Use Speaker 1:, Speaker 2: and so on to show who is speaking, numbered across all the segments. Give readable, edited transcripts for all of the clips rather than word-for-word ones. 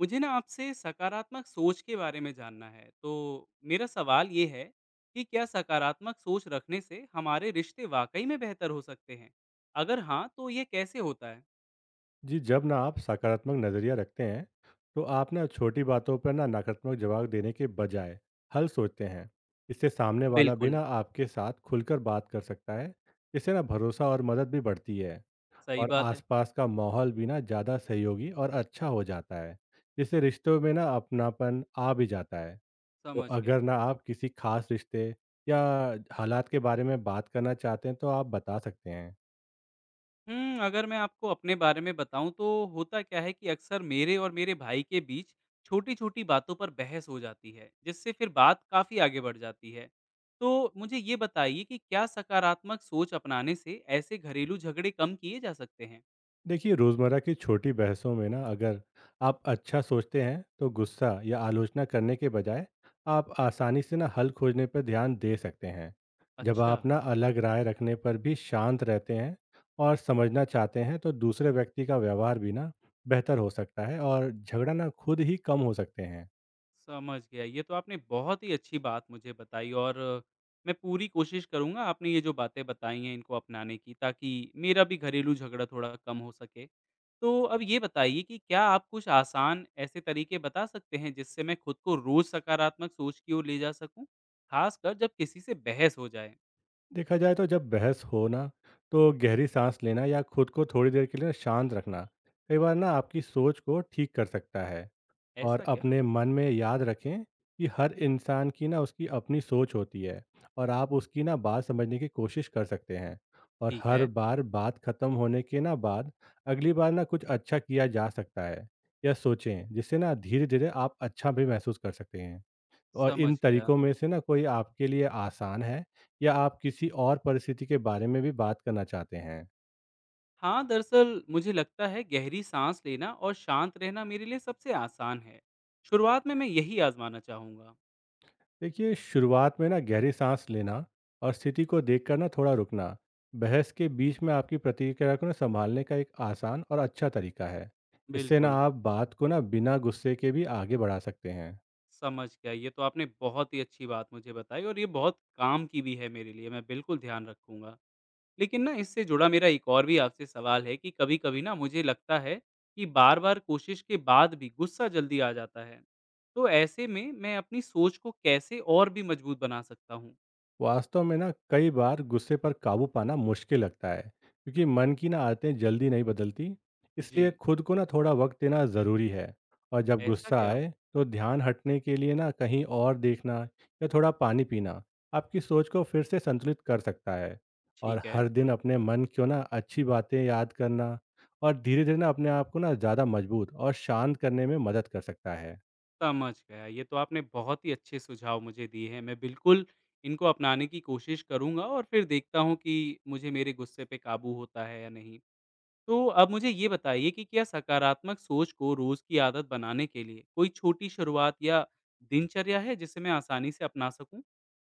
Speaker 1: मुझे ना आपसे सकारात्मक सोच के बारे में जानना है। तो मेरा सवाल ये है कि क्या सकारात्मक सोच रखने से हमारे रिश्ते वाक़ई में बेहतर हो सकते हैं? अगर हाँ, तो ये कैसे होता है?
Speaker 2: जी। जब ना आप सकारात्मक नज़रिया रखते हैं तो आप ना छोटी बातों पर ना नकारात्मक जवाब देने के बजाय हल सोचते हैं। इससे सामने वाला भी
Speaker 1: बिल्कुल।
Speaker 2: ना आपके साथ खुलकर बात कर सकता है। इससे ना भरोसा और मदद भी बढ़ती है।
Speaker 1: सही
Speaker 2: और
Speaker 1: बात है।
Speaker 2: आसपास का माहौल भी ना ज़्यादा सहयोगी और अच्छा हो जाता है। इससे रिश्तों में ना अपनापन आ भी जाता है। तो
Speaker 1: समझ
Speaker 2: अगर
Speaker 1: गया।
Speaker 2: ना आप किसी खास रिश्ते या हालात के बारे में बात करना चाहते हैं तो आप बता सकते हैं।
Speaker 1: अगर मैं आपको अपने बारे में बताऊँ तो होता क्या है कि अक्सर मेरे और मेरे भाई के बीच छोटी-छोटी बातों पर बहस हो जाती है, जिससे फिर बात काफ़ी आगे बढ़ जाती है। तो मुझे ये बताइए कि क्या सकारात्मक सोच अपनाने से ऐसे घरेलू झगड़े कम किए जा सकते हैं?
Speaker 2: देखिए, रोज़मर्रा की छोटी बहसों में ना अगर आप अच्छा सोचते हैं तो गुस्सा या आलोचना करने के बजाय आप आसानी से ना हल खोजने पर ध्यान दे सकते हैं। जब
Speaker 1: अच्छा।
Speaker 2: आप ना अलग राय रखने पर भी शांत रहते हैं और समझना चाहते हैं तो दूसरे व्यक्ति का व्यवहार भी ना बेहतर हो सकता है और झगड़ा ना खुद ही कम हो सकते हैं।
Speaker 1: समझ गया। ये तो आपने बहुत ही अच्छी बात मुझे बताई और मैं पूरी कोशिश करूँगा आपने ये जो बातें बताई हैं इनको अपनाने की ताकि मेरा भी घरेलू झगड़ा थोड़ा कम हो सके। तो अब ये बताइए कि क्या आप कुछ आसान ऐसे तरीके बता सकते हैं जिससे मैं खुद को रोज़ सकारात्मक सोच की ओर ले जा सकूँ? ख़ासकर जब किसी से बहस हो जाए।
Speaker 2: देखा जाए तो जब बहस हो ना तो गहरी सांस लेना या खुद को थोड़ी देर के लिए ना शांत रखना कई बार ना आपकी सोच को ठीक कर सकता है। और
Speaker 1: ऐसा क्या?
Speaker 2: अपने मन में याद रखें कि हर इंसान की ना उसकी अपनी सोच होती है। और आप उसकी ना बात समझने की कोशिश कर सकते हैं। और
Speaker 1: ठीक
Speaker 2: हर
Speaker 1: है।
Speaker 2: बार बात खत्म होने के ना बाद अगली बार ना कुछ अच्छा किया जा सकता है या सोचें, जिससे ना धीरे धीरे आप अच्छा भी महसूस कर सकते हैं। और
Speaker 1: समझ
Speaker 2: इन
Speaker 1: गया।
Speaker 2: तरीकों में से ना कोई आपके लिए आसान है या आप किसी और परिस्थिति के बारे में भी बात करना चाहते हैं?
Speaker 1: हाँ, दरअसल मुझे लगता है गहरी साँस लेना और शांत रहना मेरे लिए सबसे आसान है। शुरुआत में मैं यही आज़माना चाहूँगा।
Speaker 2: देखिए, शुरुआत में ना गहरी सांस लेना और स्थिति को देखकर ना थोड़ा रुकना बहस के बीच में आपकी प्रतिक्रिया को ना संभालने का एक आसान और अच्छा तरीका है। इससे ना
Speaker 1: बिल्कुल।
Speaker 2: आप बात को ना बिना गुस्से के भी आगे बढ़ा सकते हैं।
Speaker 1: समझ गया। ये तो आपने बहुत ही अच्छी बात मुझे बताई और ये बहुत काम की भी है मेरे लिए, मैं बिल्कुल ध्यान रखूँगा। लेकिन ना इससे जुड़ा मेरा एक और भी आपसे सवाल है कि कभी-कभी ना मुझे लगता है कि बार-बार कोशिश के बाद भी गुस्सा जल्दी आ जाता है। तो ऐसे में मैं अपनी सोच को कैसे और भी मजबूत बना सकता हूँ?
Speaker 2: वास्तव में ना कई बार गुस्से पर काबू पाना मुश्किल लगता है, क्योंकि मन की ना आदतें जल्दी नहीं बदलती।
Speaker 1: जी।
Speaker 2: इसलिए खुद को ना थोड़ा वक्त देना ज़रूरी है। और जब
Speaker 1: ऐसा
Speaker 2: गुस्सा
Speaker 1: क्या?
Speaker 2: आए तो ध्यान हटने के लिए ना कहीं और देखना या थोड़ा पानी पीना आपकी सोच को फिर से संतुलित कर सकता है। और
Speaker 1: ठीक है।
Speaker 2: हर दिन अपने मन को ना अच्छी बातें याद करना और धीरे धीरे ना अपने आप को ना ज़्यादा मजबूत और शांत करने में मदद कर सकता है।
Speaker 1: समझ गया। ये तो आपने बहुत ही अच्छे सुझाव मुझे दिए हैं। मैं बिल्कुल इनको अपनाने की कोशिश करूँगा और फिर देखता हूँ कि मुझे मेरे गुस्से पे काबू होता है या नहीं। तो अब मुझे ये बताइए कि क्या सकारात्मक सोच को रोज़ की आदत बनाने के लिए कोई छोटी शुरुआत या दिनचर्या है जिसे मैं आसानी से अपना सकूँ?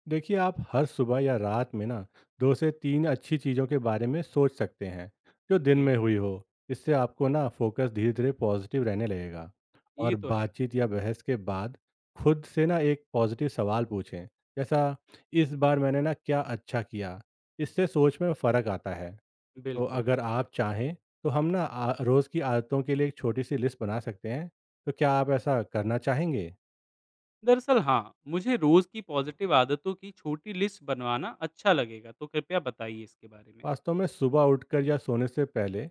Speaker 2: देखिए, आप हर सुबह या रात में ना 2 से 3 अच्छी चीज़ों के बारे में सोच सकते हैं जो दिन
Speaker 1: जी।
Speaker 2: में हुई हो। इससे आपको ना फोकस धीरे धीरे पॉजिटिव रहने लगेगा।
Speaker 1: ये
Speaker 2: और
Speaker 1: तो है।
Speaker 2: बातचीत या बहस के बाद खुद से ना एक पॉजिटिव सवाल पूछें, जैसा इस बार मैंने ना क्या अच्छा किया। इससे सोच में फ़र्क आता है। तो
Speaker 1: बिल्कुल।
Speaker 2: अगर आप चाहें तो हम ना रोज़ की आदतों के लिए एक छोटी सी लिस्ट बना सकते हैं। तो क्या आप ऐसा करना चाहेंगे?
Speaker 1: दरअसल हाँ, मुझे रोज़ की पॉज़िटिव आदतों की छोटी लिस्ट बनवाना अच्छा लगेगा, तो कृपया बताइए इसके बारे में।
Speaker 2: वास्तव में सुबह उठकर या सोने से पहले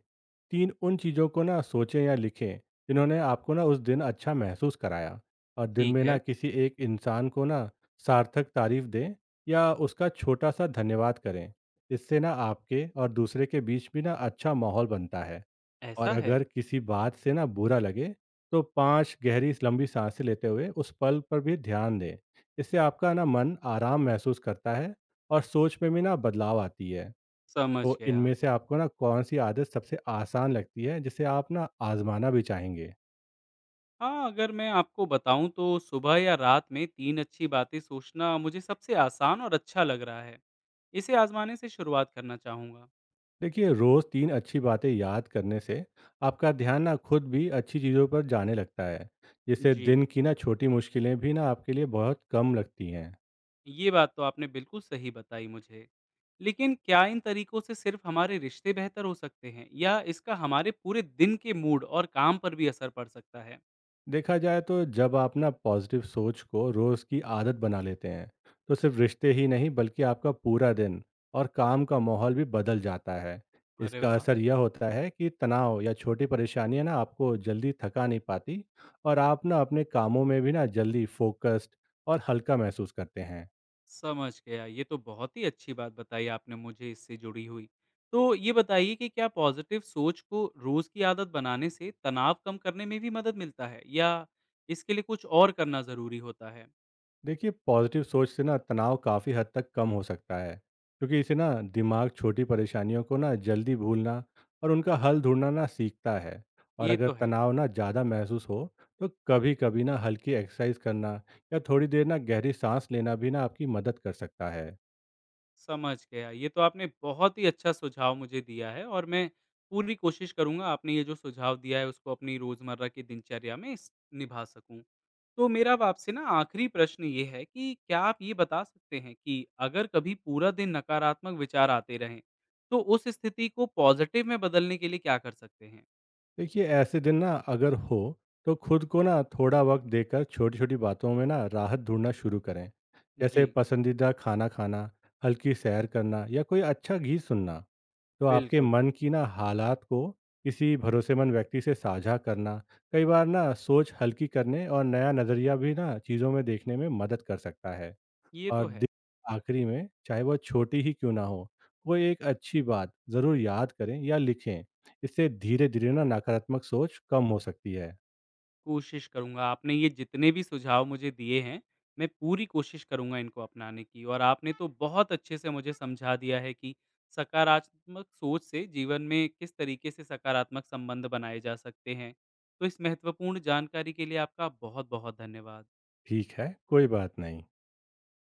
Speaker 2: 3 उन चीज़ों को ना सोचें या लिखें जिन्होंने आपको ना उस दिन अच्छा महसूस कराया। और दिन
Speaker 1: ठीक
Speaker 2: में ना
Speaker 1: है।
Speaker 2: किसी एक इंसान को ना सार्थक तारीफ दें या उसका छोटा सा धन्यवाद करें। इससे ना आपके और दूसरे के बीच भी ना अच्छा माहौल बनता है। और
Speaker 1: ऐसा है?
Speaker 2: अगर किसी बात से ना बुरा लगे तो 5 गहरी लंबी सांसें लेते हुए उस पल पर भी ध्यान दें। इससे आपका ना मन आराम महसूस करता है और सोच में भी ना बदलाव आती है।
Speaker 1: समझ
Speaker 2: तो
Speaker 1: गया।
Speaker 2: इनमें से आपको ना कौन-सी आदत सबसे आसान लगती है, जिसे आप ना आज़माना भी चाहेंगे?
Speaker 1: हाँ, अगर मैं आपको बताऊँ तो सुबह या रात में 3 अच्छी बातें सोचना मुझे सबसे आसान और अच्छा लग रहा है। इसे आज़माने से शुरुआत करना चाहूँगा।
Speaker 2: देखिए, रोज़ 3 अच्छी बातें याद करने से आपका ध्यान ना खुद भी अच्छी चीज़ों पर जाने लगता है, जिससे
Speaker 1: जी।
Speaker 2: दिन की ना छोटी मुश्किलें भी ना आपके लिए बहुत कम लगती हैं।
Speaker 1: ये बात तो आपने बिल्कुल सही बताई मुझे। लेकिन क्या इन तरीकों से सिर्फ़ हमारे रिश्ते बेहतर हो सकते हैं या इसका हमारे पूरे दिन के मूड और काम पर भी असर पड़ सकता है?
Speaker 2: देखा जाए तो जब आप ना पॉजिटिव सोच को रोज की आदत बना लेते हैं, तो सिर्फ रिश्ते ही नहीं बल्कि आपका पूरा दिन और काम का माहौल भी बदल जाता है।
Speaker 1: अरे
Speaker 2: इसका
Speaker 1: वाह!
Speaker 2: असर यह होता है कि तनाव या छोटी परेशानियां ना आपको जल्दी थका नहीं पाती, और आप ना अपने कामों में भी ना जल्दी फोकस्ड और हल्का महसूस करते हैं।
Speaker 1: समझ गया। ये तो बहुत ही अच्छी बात बताई आपने मुझे इससे जुड़ी हुई। तो ये बताइए कि क्या पॉज़िटिव सोच को रोज़ की आदत बनाने से तनाव कम करने में भी मदद मिलता है या इसके लिए कुछ और करना ज़रूरी होता है?
Speaker 2: देखिए, पॉजिटिव सोच से ना तनाव काफ़ी हद तक कम हो सकता है, क्योंकि इसे ना दिमाग छोटी परेशानियों को ना जल्दी भूलना और उनका हल ढूंढना ना सीखता है। और
Speaker 1: ये
Speaker 2: अगर
Speaker 1: तो है।
Speaker 2: तनाव ना ज़्यादा महसूस हो तो कभी कभी ना हल्की एक्सरसाइज करना या थोड़ी देर ना गहरी सांस लेना भी ना आपकी मदद कर सकता है।
Speaker 1: समझ गया। ये तो आपने बहुत ही अच्छा सुझाव मुझे दिया है और मैं पूरी कोशिश करूँगा आपने ये जो सुझाव दिया है उसको अपनी रोज़मर्रा की दिनचर्या में इस निभा सकूँ। तो मेरा अब आपसे ना आखिरी प्रश्न ये है कि क्या आप ये बता सकते हैं कि अगर कभी पूरा दिन नकारात्मक विचार आते रहें, तो उस स्थिति को पॉज़िटिव में बदलने के लिए क्या कर सकते हैं?
Speaker 2: देखिए, ऐसे दिन ना अगर हो तो खुद को ना थोड़ा वक्त देकर छोटी छोटी बातों में ना राहत ढूंढना शुरू करें। जैसे
Speaker 1: जी।
Speaker 2: पसंदीदा खाना खाना, हल्की सैर करना या कोई अच्छा गीत सुनना। तो आपके
Speaker 1: बिल्कुल।
Speaker 2: मन की ना हालात को किसी भरोसेमंद व्यक्ति से साझा करना कई बार ना सोच हल्की करने और नया नज़रिया भी ना चीज़ों में देखने में मदद कर सकता है।
Speaker 1: ये तो
Speaker 2: और
Speaker 1: है।
Speaker 2: दिन के आखिरी में, चाहे वह छोटी ही क्यों ना हो, कोई एक अच्छी बात ज़रूर याद करें या लिखें। इससे धीरे धीरे ना नकारात्मक सोच कम हो सकती है।
Speaker 1: कोशिश करूँगा। आपने ये जितने भी सुझाव मुझे दिए हैं, मैं पूरी कोशिश करूँगा इनको अपनाने की और आपने तो बहुत अच्छे से मुझे समझा दिया है कि सकारात्मक सोच से जीवन में किस तरीके से सकारात्मक संबंध बनाए जा सकते हैं। तो इस महत्वपूर्ण जानकारी के लिए आपका बहुत-बहुत धन्यवाद।
Speaker 2: ठीक है, कोई बात नहीं।